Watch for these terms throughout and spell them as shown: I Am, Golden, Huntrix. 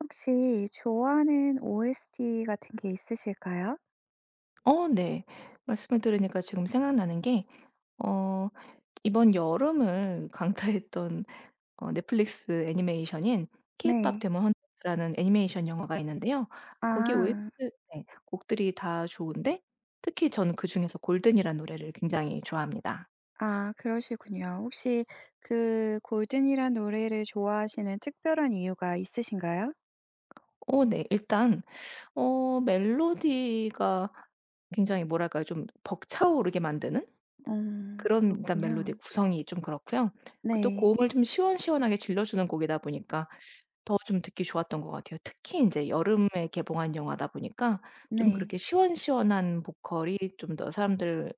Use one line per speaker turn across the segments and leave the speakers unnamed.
혹시 좋아하는 OST 같은 게 있으실까요?
네. 말씀을 들으니까 지금 생각나는 게, 어 이번 여름을 강타했던 넷플릭스 애니메이션인 케이팝
네.
데몬 헌터스라는 애니메이션 영화가 있는데요. 거기 에 s
아.
t 네 곡들이 다 좋은데, 특히 저는 그중에서 골든이라는 노래를 굉장히 좋아합니다.
아 그러시군요. 혹시 그 골든이란 노래를 좋아하시는 특별한 이유가 있으신가요?
네. 일단 멜로디가 굉장히 뭐랄까요? 좀 벅차오르게 만드는?
음.
그런 일단 멜로디의
그렇군요.
구성이 좀 그렇고요. 그 또
네.
고음을 좀 시원시원하게 질러주는 곡이다 보니까 더 좀 듣기 좋았던 것 같아요. 특히 인제 여름에 개봉한 영화다 보니까 좀
네.
그렇게 시원시원한 보컬이 좀 더 사람들의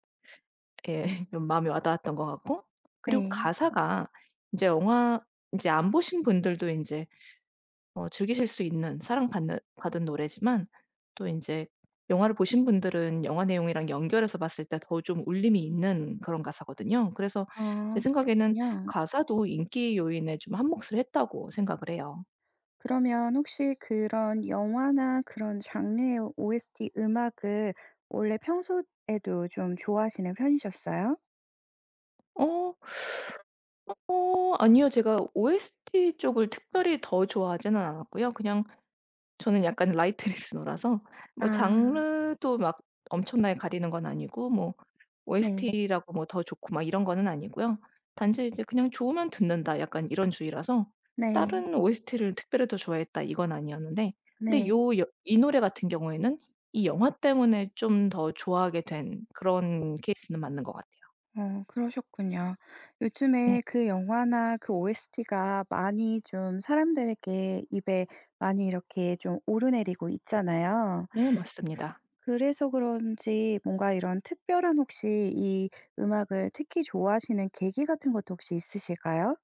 좀 마음에 와 닿았던 것 같고, 그리고
네.
가사가 인제 영화 인제 안 보신 분들도 인제 즐기실 수 있는 사랑받는 받은 노래지만, 또 이제 영화를 보신 분들은 영화 내용이랑 연결해서 봤을 때 더 좀 울림이 있는 그런 가사거든요. 그래서 제
아
생각에는
그렇군요.
가사도 인기 요인에 좀 한몫을 했다고 생각을 해요.
그러면 혹시 그런 영화나 그런 장르의 OST 음악을 원래 평소에도 좀 좋아하시는 편이셨어요?
어. 아니요. 제가 OST 쪽을 특별히 더 좋아하지는 않았고요. 그냥 저는 약간 라이트 리스너라서 뭐
아.
장르도 막 엄청나게 가리는 건 아니고, 뭐
네.
OST라고 뭐 더 좋고 막 이런 거는 아니고요. 단지 이제 '그냥 좋으면 듣는다.' 약간 이런 주의라서
네.
다른 OST를 특별히 더 좋아했다 이건 아니었는데, 근데
네.
요 여 이 노래 같은 경우에는 이 영화 때문에 좀 더 좋아하게 된 그런 케이스는 맞는 것 같아요.
어 그러셨군요.
네.
요즘에 그 영화나 그 OST가 많이 좀 사람들에게 입에 많이 이렇게 좀 오르내리고 있잖아요.
네, 맞습니다.
그래서 그런지 뭔가 이런 특별한 혹시 이 음악을 특히 좋아하시는 계기 같은 것도 혹시 있으실까요?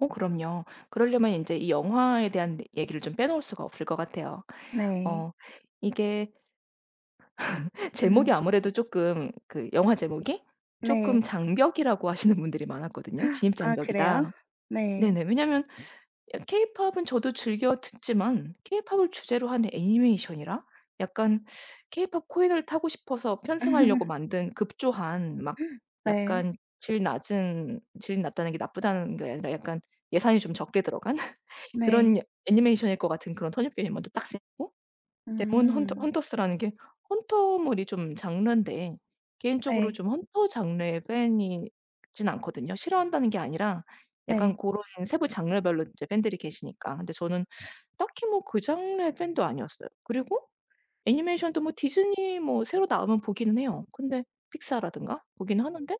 그럼요. 그러려면 인제 이 영화에 대한 얘기를 좀 빼놓을 수가 없을 것 같아요.
네.
어 이게 제목이
음
아무래도 조금, 그 영화 제목이 조금
네.
장벽이라고 하시는 분들이 많았거든요. "진입
아 그래요?
장벽이다."
네.
네네. 왜냐면 케이팝은 저도 즐겨 듣지만 케이팝을 주제로 하는 애니메이션이라, 약간 케이팝 코인을 타고 싶어서 편승하려고 만든 급조한, 막
네.
약간 질 낮은, 질 낮다는 게 나쁘다는 게 아니라 약간 예산이 좀 적게 들어간 그런
네.
애니메이션일 것 같은 그런 선입견이 먼저 딱 생기고, 데몬
음.
헌터스라는 게 헌터물이 좀 장르인데, 개인적으로
네.
좀 헌터 장르의 팬이 진 않거든요. 싫어한다는 게 아니라 약간
네.
고런 세부 장르별로 이제 팬들이 계시니까. 근데 저는 딱히 뭐 그 장르의 팬도 아니었어요. 그리고 애니메이션도 뭐 디즈니 뭐 새로 나오면 보기는 해요. 근데 픽사라든가 보긴 하는데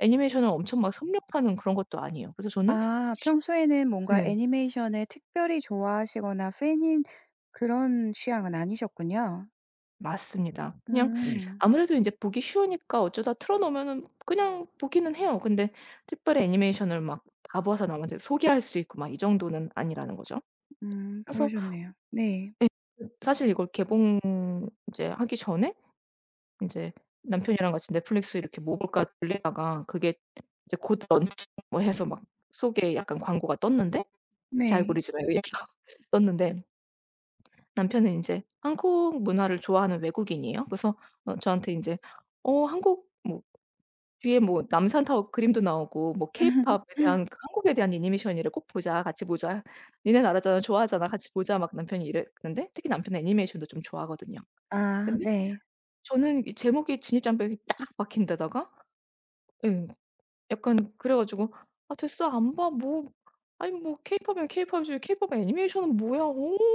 애니메이션을 엄청 막 섭렵하는 그런 것도 아니에요. 그래서 저는,
아 평소에는 뭔가
네.
애니메이션을 특별히 좋아하시거나 팬인 그런 취향은 아니셨군요.
맞습니다. 그냥
음.
아무래도 이제 보기 쉬우니까 어쩌다 틀어 놓으면은 그냥 보기는 해요. 근데 특별히 애니메이션을 막 다 봐서 남한테 소개할 수 있고 막 이 정도는 아니라는 거죠. 그래서
그러셨네요. 네.
예, 사실 이걸 개봉 이제 하기 전에 이제 남편이랑 같이 넷플릭스 이렇게 '뭐 볼까?' 돌리다가, 그게 이제 곧 런칭 뭐 해서 막 속에 약간 광고가 떴는데, 제
네.
알고리즘에 의해서 떴는데, 남편은 인제 한국 문화를 좋아하는 외국인이에요. 그래서 저한테 인제 한국 뭐 뒤에 뭐 남산 타워 그림도 나오고 뭐 케이팝에 대한, 그 한국에 대한 애니메이션이래. "꼭 보자. 같이 보자. 니네 나라잖아. 좋아하잖아. 같이 보자." 막 남편이 이랬는데, 특히 남편은 애니메이션도 좀 좋아하거든요.
아
근데
네.
저는 이 제목이 진입장벽이 딱 박힌 데다가, 예 약간 그래 가지고, "아 됐어. 안 봐. 뭐 아니 뭐 케이팝이면 케이팝이지 케이팝 애니메이션은 뭐야. 어."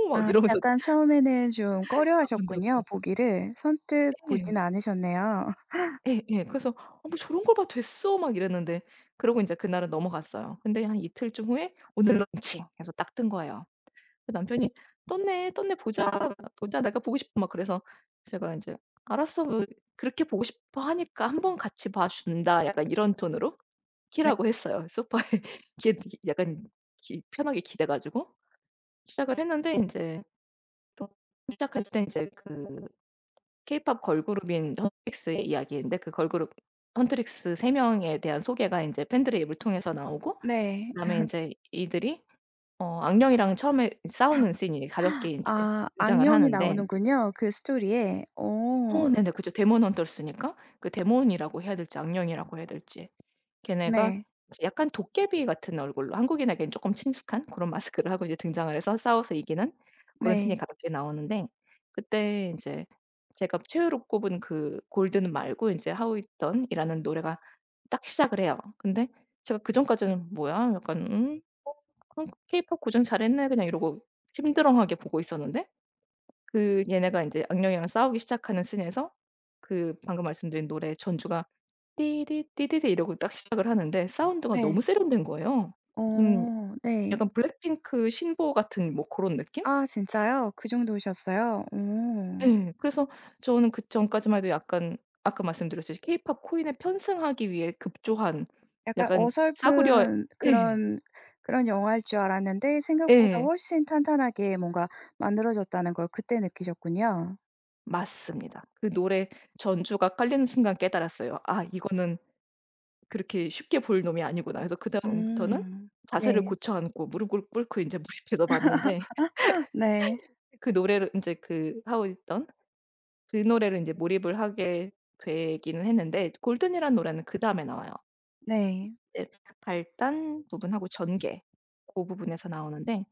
막
아
이러면서
약간 처음에는 좀
안 본다고.
꺼려하셨군요, 보기를. 선뜻
예.
보진 않으셨네요.
예예. 그래서 '어 뭐 저런 걸 봐, 됐어.' 막 이랬는데, 그러고 인제 그날은 넘어갔어요. 근데 한 이틀쯤 후에 "오늘 런칭." 해서 딱 뜬 거예요. 그 남편이 "떴네. 떴네. 보자. 보자. 내가 보고 싶어." 막 그래서 제가 인제 "알았어. 뭐 그렇게 보고 싶어 하니까 한번 같이 봐 준다." 약간 이런 톤으로
네.
키라고 했어요. 소파에 이게 약간 기 편하게 기대 가지고 시작을 했는데, 인제 시작할 때 인제 그 케이팝 걸그룹인 헌트릭스의 이야기인데, 그 걸그룹 헌트릭스 세 명에 대한 소개가 인제 팬들의 입을 통해서 나오고,
네.
그다음에 인제 이들이 악령이랑 처음에 싸우는 씬이 가볍게 인제
아
등장을
악령이
하는데,
나오는군요, 그 스토리에. 오
네네. 그죠. 데몬 헌터스니까 그 데몬이라고 해야 될지 악령이라고 해야 될지, 걔네가
네.
이제 약간 도깨비 같은 얼굴로 한국인에겐 쪼끔 친숙한 그런 마스크를 하고 이제 등장을 해서 싸워서 이기는 그런 신이
네.
가 볍게 나오는데, 그때 인제 제가 최애로 꼽은 그 골든 말고 인제 How It Done이라는 노래가 딱 시작을 해요. 근데 제가 그전까지는 '뭐야?' 약간 '음 어 그럼 케이팝 고정 잘했네.' 그냥 이러고 심드렁하게 보고 있었는데, 그 얘네가 인제 악령이랑 싸우기 시작하는 씬에서 그 방금 말씀드린 노래 전주가 "띠디 띠디디." 이러고 딱 시작을 하는데 사운드가
네.
너무 세련된 거예요. 무슨
오 네.
약간 블랙핑크 신보 같은 뭐 고런 느낌?
아 진짜요? 그 정도셨어요? 오.
예. 그래서 저는 그전까지만 해도 약간 아까 말씀드렸듯이 케이팝 코인에 편승하기 위해 급조한
약간
약간 싸구려.
어설픈
예.
그런 그런 영화일 줄 알았는데 생각보다
예.
훨씬 탄탄하게 뭔가 만들어졌다는 걸 그때 느끼셨군요.
맞습니다. 그 노래 전주가 깔리는 순간 깨달았어요. '아 이거는 그렇게 쉽게 볼 놈이 아니구나.' 그래서 그다음부터는
음.
자세를
네.
고쳐 앉고 무릎을 꿇고 인제 몰입해서 봤는데,
네.
그 노래를 인제 그 하고 있던 그 노래를 인제 몰입을 하게 되기는 했는데, 골든이라는 노래는 그다음에 나와요.
네.
이제 발단 부분하고 전개, 고 부분에서 나오는데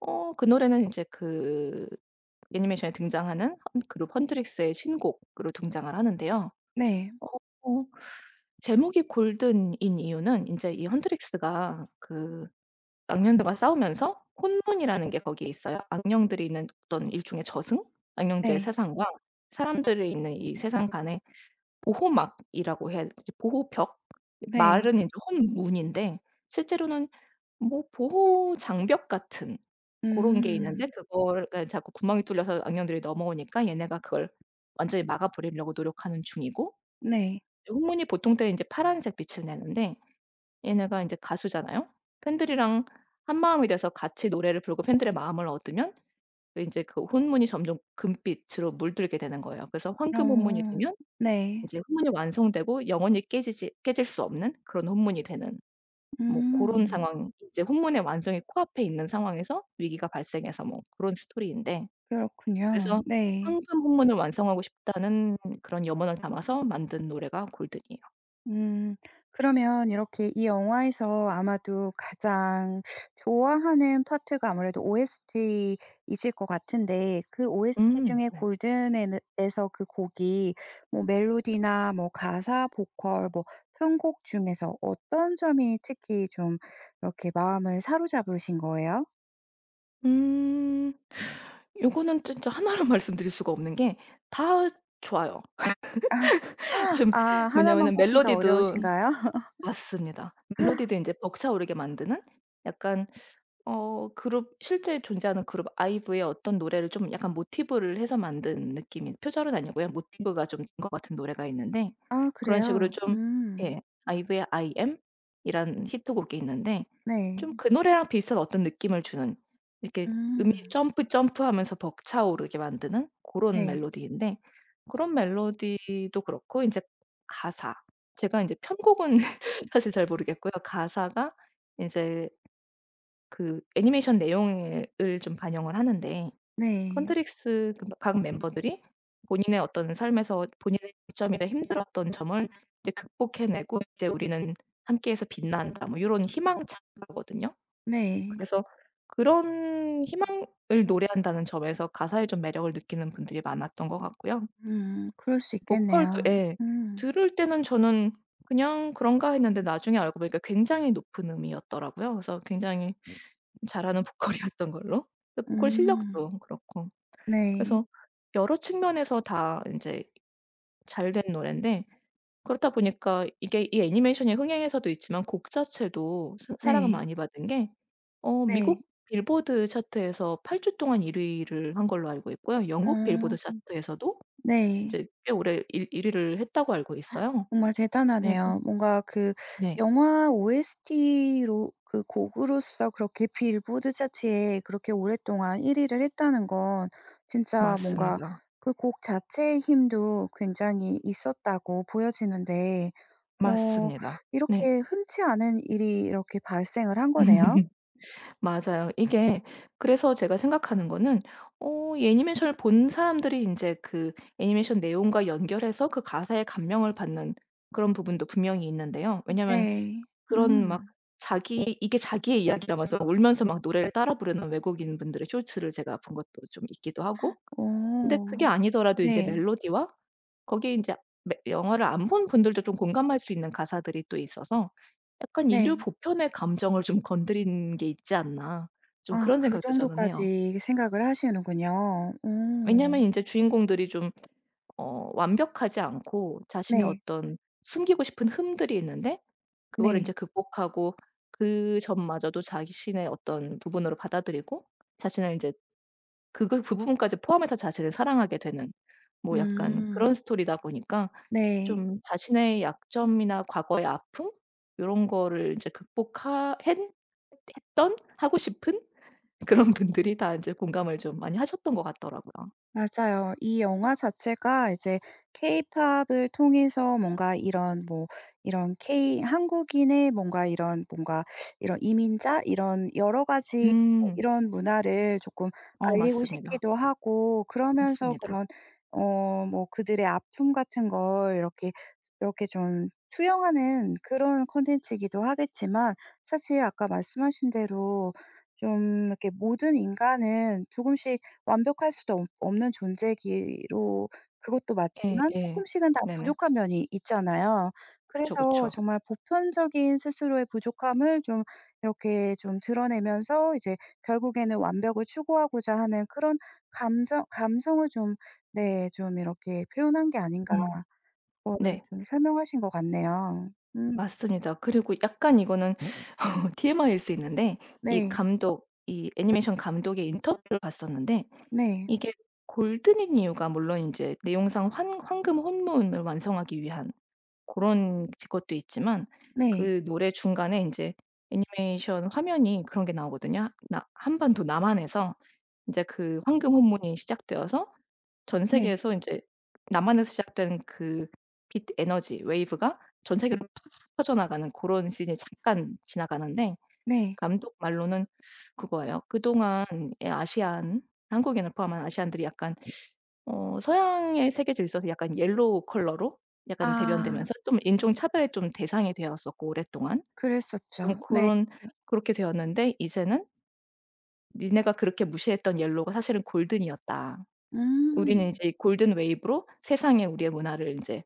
그 노래는 인제 그 애니메이션에 등장하는 헌 그룹 헌트릭스의 신곡으로 등장을 하는데요.
네.
어 어, 제목이 골든인 이유는 인제 이 헌트릭스가 그 악령들과 싸우면서, 혼문이라는 게 거기에 있어요. 악령들이 있는 어떤 일종의 저승? 악령들의
네.
세상과 사람들이 있는 이 세상 간의 보호막이라고 해야 되지, 보호벽?
네.
말은 이제 혼문인데 실제로는 뭐 보호 장벽 같은 고런 게
음.
있는데, 그걸 그러니까 자꾸 구멍이 뚫려서 악령들이 넘어오니까 얘네가 그걸 완전히 막아 버리려고 노력하는 중이고,
네.
혼문이 보통 때는 이제 파란색 빛을 내는데, 얘네가 인제 가수잖아요. 팬들이랑 한마음이 돼서 같이 노래를 부르고 팬들의 마음을 얻으면 그 인제 그 혼문이 점점 금빛으로 물들게 되는 거예요. 그래서 황금 혼문이
어.
되면
네.
인제 혼문이 완성되고 영원히 깨지지 깨질 수 없는 그런 혼문이 되는, 뭐 고런
음.
상황, 이제 혼문의 완성이 코앞에 있는 상황에서 위기가 발생해서 뭐 고런 스토리인데,
그렇군요.
그래서
네.
황금 혼문을 완성하고 싶다는 그런 염원을 담아서 만든 노래가 골든이에요.
음. 그러면 이렇게 이 영화에서 아마도 가장 좋아하는 파트가 아무래도 OST이실 것 같은데 그 OST
음,
중에
네.
골든에 에서 그 곡이 뭐 멜로디나 뭐 가사, 보컬, 뭐 편곡 중에서 어떤 점이 특히 좀 이렇게 마음을 사로잡으신 거예요?
음. 요거는 진짜 하나로 말씀드릴 수가 없는 게 다 좋아요. 좀,
아 하나만
뭐냐면은
꼽기가
멜로디도,
어려우신가요?
맞습니다. 멜로디도 인제 벅차오르게 만드는 약간, 그룹, 실제 존재하는 그룹 아이브의 어떤 노래를 좀 약간 모티브를 해서 만든 느낌인, 표절은 아니고요. 모티브가 좀 된 것 같은 노래가 있는데,
아
그런 식으로
그래요?
좀,
음.
예, 아이브의 I Am 이란 히트곡이 있는데,
네.
좀 그 노래랑 비슷한 어떤 느낌을 주는, 이렇게 음이
음.
점프 점프하면서 벅차오르게 만드는 고런
네.
멜로디인데, 그런 멜로디도 그렇고 인제 가사, 제가 인제 편곡은 사실 잘 모르겠고요. 가사가 인제 그 애니메이션 내용을 좀 반영을 하는데,
네.
컨트릭스 그 각 멤버들이 본인의 어떤 삶에서 본인의 이점이나 힘들었던 점을 이제 극복해 내고 이제 "우리는 함께해서 빛난다." 뭐 요런 희망차거든요.
네.
그래서 그런 희망을 노래한다는 점에서 가사에 좀 매력을 느끼는 분들이 많았던 것 같고요.
그럴 수
보컬도,
있겠네요.
예.
음.
들을 때는 저는 '그냥 그런가.' 했는데, 나중에 알고 보니까 굉장히 높은 음이었더라고요. 그래서 굉장히 잘하는 보컬이었던 걸로. 근데 보컬
음.
실력도 그렇고.
네.
그래서 여러 측면에서 다 인제 잘된 노랜데, 그렇다 보니까 이게 이 애니메이션이 흥행해서도 있지만 곡 자체도 사 사랑을
네.
많이 받은 게,
네.
미국 빌보드 차트에서 8주 동안 1 위를 한 걸로 알고 있고요. 영국 빌보드
어
차트에서도
네.
이제 꽤 오래 일 1 위를 했다고 알고 있어요.
정말
그러니까,
대단하네요. 뭔가 그
네.
영화 OST로 그 곡으로서 그렇게 빌보드 차트에 그렇게 오랫동안 1 위를 했다는 건 진짜 뭔가
맞습니다.
그 곡 자체의 힘도 굉장히 있었다고 보여지는데 어
맞습니다. 네.
이렇게 흔치 않은 일이 이렇게 발생을 한 거네요.
맞아요. 이게, 그래서 제가 생각하는 거는 이 애니메이션을 본 사람들이 인제 그 애니메이션 내용과 연결해서 그 가사에 감명을 받는 그런 부분도 분명히 있는데요. 왜냐면
네.
그런 막
음.
자기 이게 자기의 이야기라면서 울면서 막 노래를 따라 부르는 외국인분들의 쇼츠를 제가 본 것도 좀 있기도 하고, 근데
어.
그게 아니더라도 이제
네.
멜로디와 거기에 인제 매 영화를 안 본 분들도 좀 공감할 수 있는 가사들이 또 있어서 약간 '인류
네.
보편의 감정을 좀 건드린 게 있지 않나.' 좀
아
그런
그
생각도 저는 해요.
정도까지 생각을 하시는군요.
왜냐면
어.
인제 주인공들이 좀 완벽하지 않고 자신의
네.
어떤 숨기고 싶은 흠들이 있는데, 그거를
네.
인제 극복하고 그 점마저도 자신의 어떤 부분으로 받아들이고 자신을 인제 그걸 그 부분까지 포함해서 자신을 사랑하게 되는, 뭐 약간
음.
그런 스토리다 보니까,
네.
좀 자신의 약점이나 과거의 아픔 요런 거를 인제 극복하 헨 했던 하고 싶은 그런 분들이 다 인제 공감을 좀 많이 하셨던 것 같더라고요.
맞아요. 이 영화 자체가 이제 케이팝을 통해서 뭔가 이런 뭐 이런 K 한국인의 뭔가 이런 뭔가 이런 이민자 이런 여러 가지
음.
이런 문화를 조금 알리고
맞습니다.
싶기도 하고 그러면서
맞습니다.
그런 어 뭐 그들의 아픔 같은 걸 이렇게 이렇게 좀 투영하는 그런 콘텐츠이기도 하겠지만 사실 아까 말씀하신 대로 좀 이렇게 모든 인간은 조금씩 완벽할 수도 없 없는 존재기로 그것도 맞지만 조
예예.
금씩은 다
네네.
부족한 면이 있잖아요.
그쵸,
그래서
그쵸.
정말 보편적인 스스로의 부족함을 좀 이렇게 좀 드러내면서 이제 결국에는 완벽을 추구하고자 하는 그런 감정 감성을 좀 네 좀 이렇게 표현한 게 아닌가
음.
그거를
네.
좀 설명하신 것 같네요. 음
맞습니다. 그리고 약간 이거는 TMI일 수 있는데,
네.
이 애니메이션 감독의 인터뷰를 봤었는데,
네.
이게 골든인 이유가 물론 인제 내용상 환 황금 혼문을 완성하기 위한 고런 지 것도 있지만,
네.
그 노래 중간에 인제 애니메이션 화면이 그런 게 나오거든요. 나 한반도 남한에서 인제 그 황금 혼문이 시작되어서 전
네.
세계에서 인제 남한에서 시작된 그 빛 에너지 웨이브가 전 세계로 팍 퍼져나가는 고런 씬이 잠깐 지나가는데,
네.
감독 말로는 그거예요. 그동안의 아시안, 한국인을 포함한 아시안들이 약간 서양의 세계 질서에서 약간 옐로우 컬러로 약간
아
대변되면서 좀 인종 차별의 좀 대상이 되었었고 오랫동안. 좀
그랬었죠. 네.
그런 그렇게 되었는데 이제는, "니네가 그렇게 무시했던 옐로우가 사실은 골든이었다. 우리는
음.
이제 이 골든 웨이브로 세상에 우리의 문화를 인제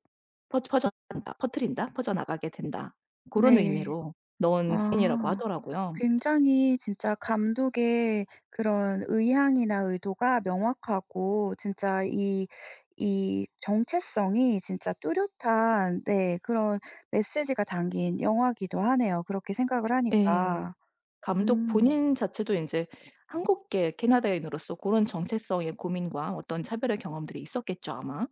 퍼 퍼져나간다. 퍼트린다. 퍼져나가게 된다." 고런
네.
의미로 넣은 씬이라고
아.
하더라고요.
굉장히 진짜 감독의 그런 의향이나 의도가 명확하고 진짜 이 정체성이 진짜 뚜렷한 네 그런 메시지가 담긴 영화기도 하네요 그렇게 생각을
예.
하니까.
감독
음.
본인 자체도 인제 한국계 캐나다인으로서 고런 정체성의 고민과 어떤 차별의 경험들이 있었겠죠 아마.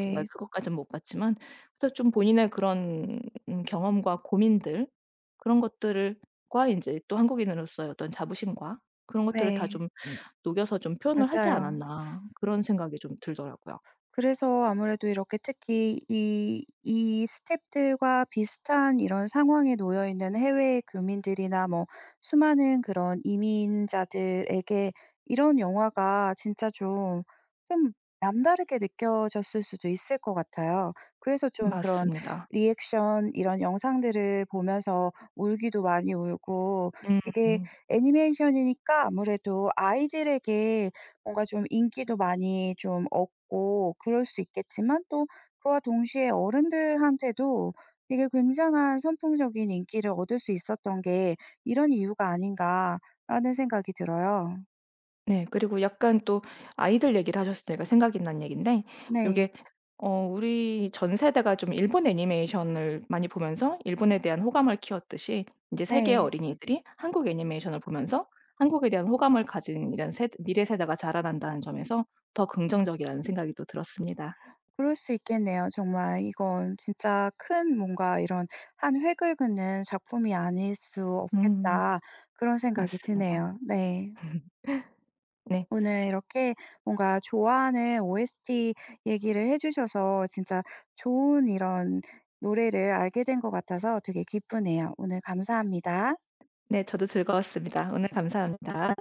제가 그것까진 못 봤지만 그래서 좀 본인의 그런 경험과 고민들, 그런 것들을, 과 인제 또 한국인으로서의 어떤 자부심과 그런 것들을 다
네.
좀 녹여서 좀 표현을 하지
맞아요.
않았나, 그런 생각이 좀 들더라고요.
그래서 아무래도 이렇게 특히 이 스탭들과 비슷한 이런 상황에 놓여 있는 해외 교민들이나 뭐 수많은 그런 이민자들에게 이런 영화가 진짜 좀, 좀 남다르게 느껴졌을 수도 있을 것 같아요. 그래서 좀 그런
맞습니다.
리액션 이런 영상들을 보면서 울기도 많이 울고 이게
음.
애니메이션이니까 아무래도 아이들에게 뭔가 좀 인기도 많이 좀 얻고 그럴 수 있겠지만 또 그와 동시에 어른들한테도 이게 굉장한 선풍적인 인기를 얻을 수 있었던 게 '이런 이유가 아닌가.'라는 생각이 들어요.
네. 그리고 약간 또 아이들 얘기를 하셨으니까 생각이 난 얘긴데,
네.
요게 우리 전 세대가 좀 일본 애니메이션을 많이 보면서 일본에 대한 호감을 키웠듯이, 인제 세계의
네.
어린이들이 한국 애니메이션을 보면서 한국에 대한 호감을 가진 이런 세 미래 세대가 자라난다는 점에서 더 긍정적이라는 생각이 또 들었습니다.
그럴 수 있겠네요. 정말 이건 진짜 큰 뭔가 이런 '한 획을 긋는 작품이 아닐 수
음,
없겠다.' 그런 생각이
맞습니다.
드네요. 네.
네.
오늘 이렇게 뭔가 좋아하는 OST 얘기를 해 주셔서 진짜 좋은 이런 노래를 알게 된 것 같아서 되게 기쁘네요. 오늘 감사합니다.
네 저도 즐거웠습니다. 오늘 감사합니다.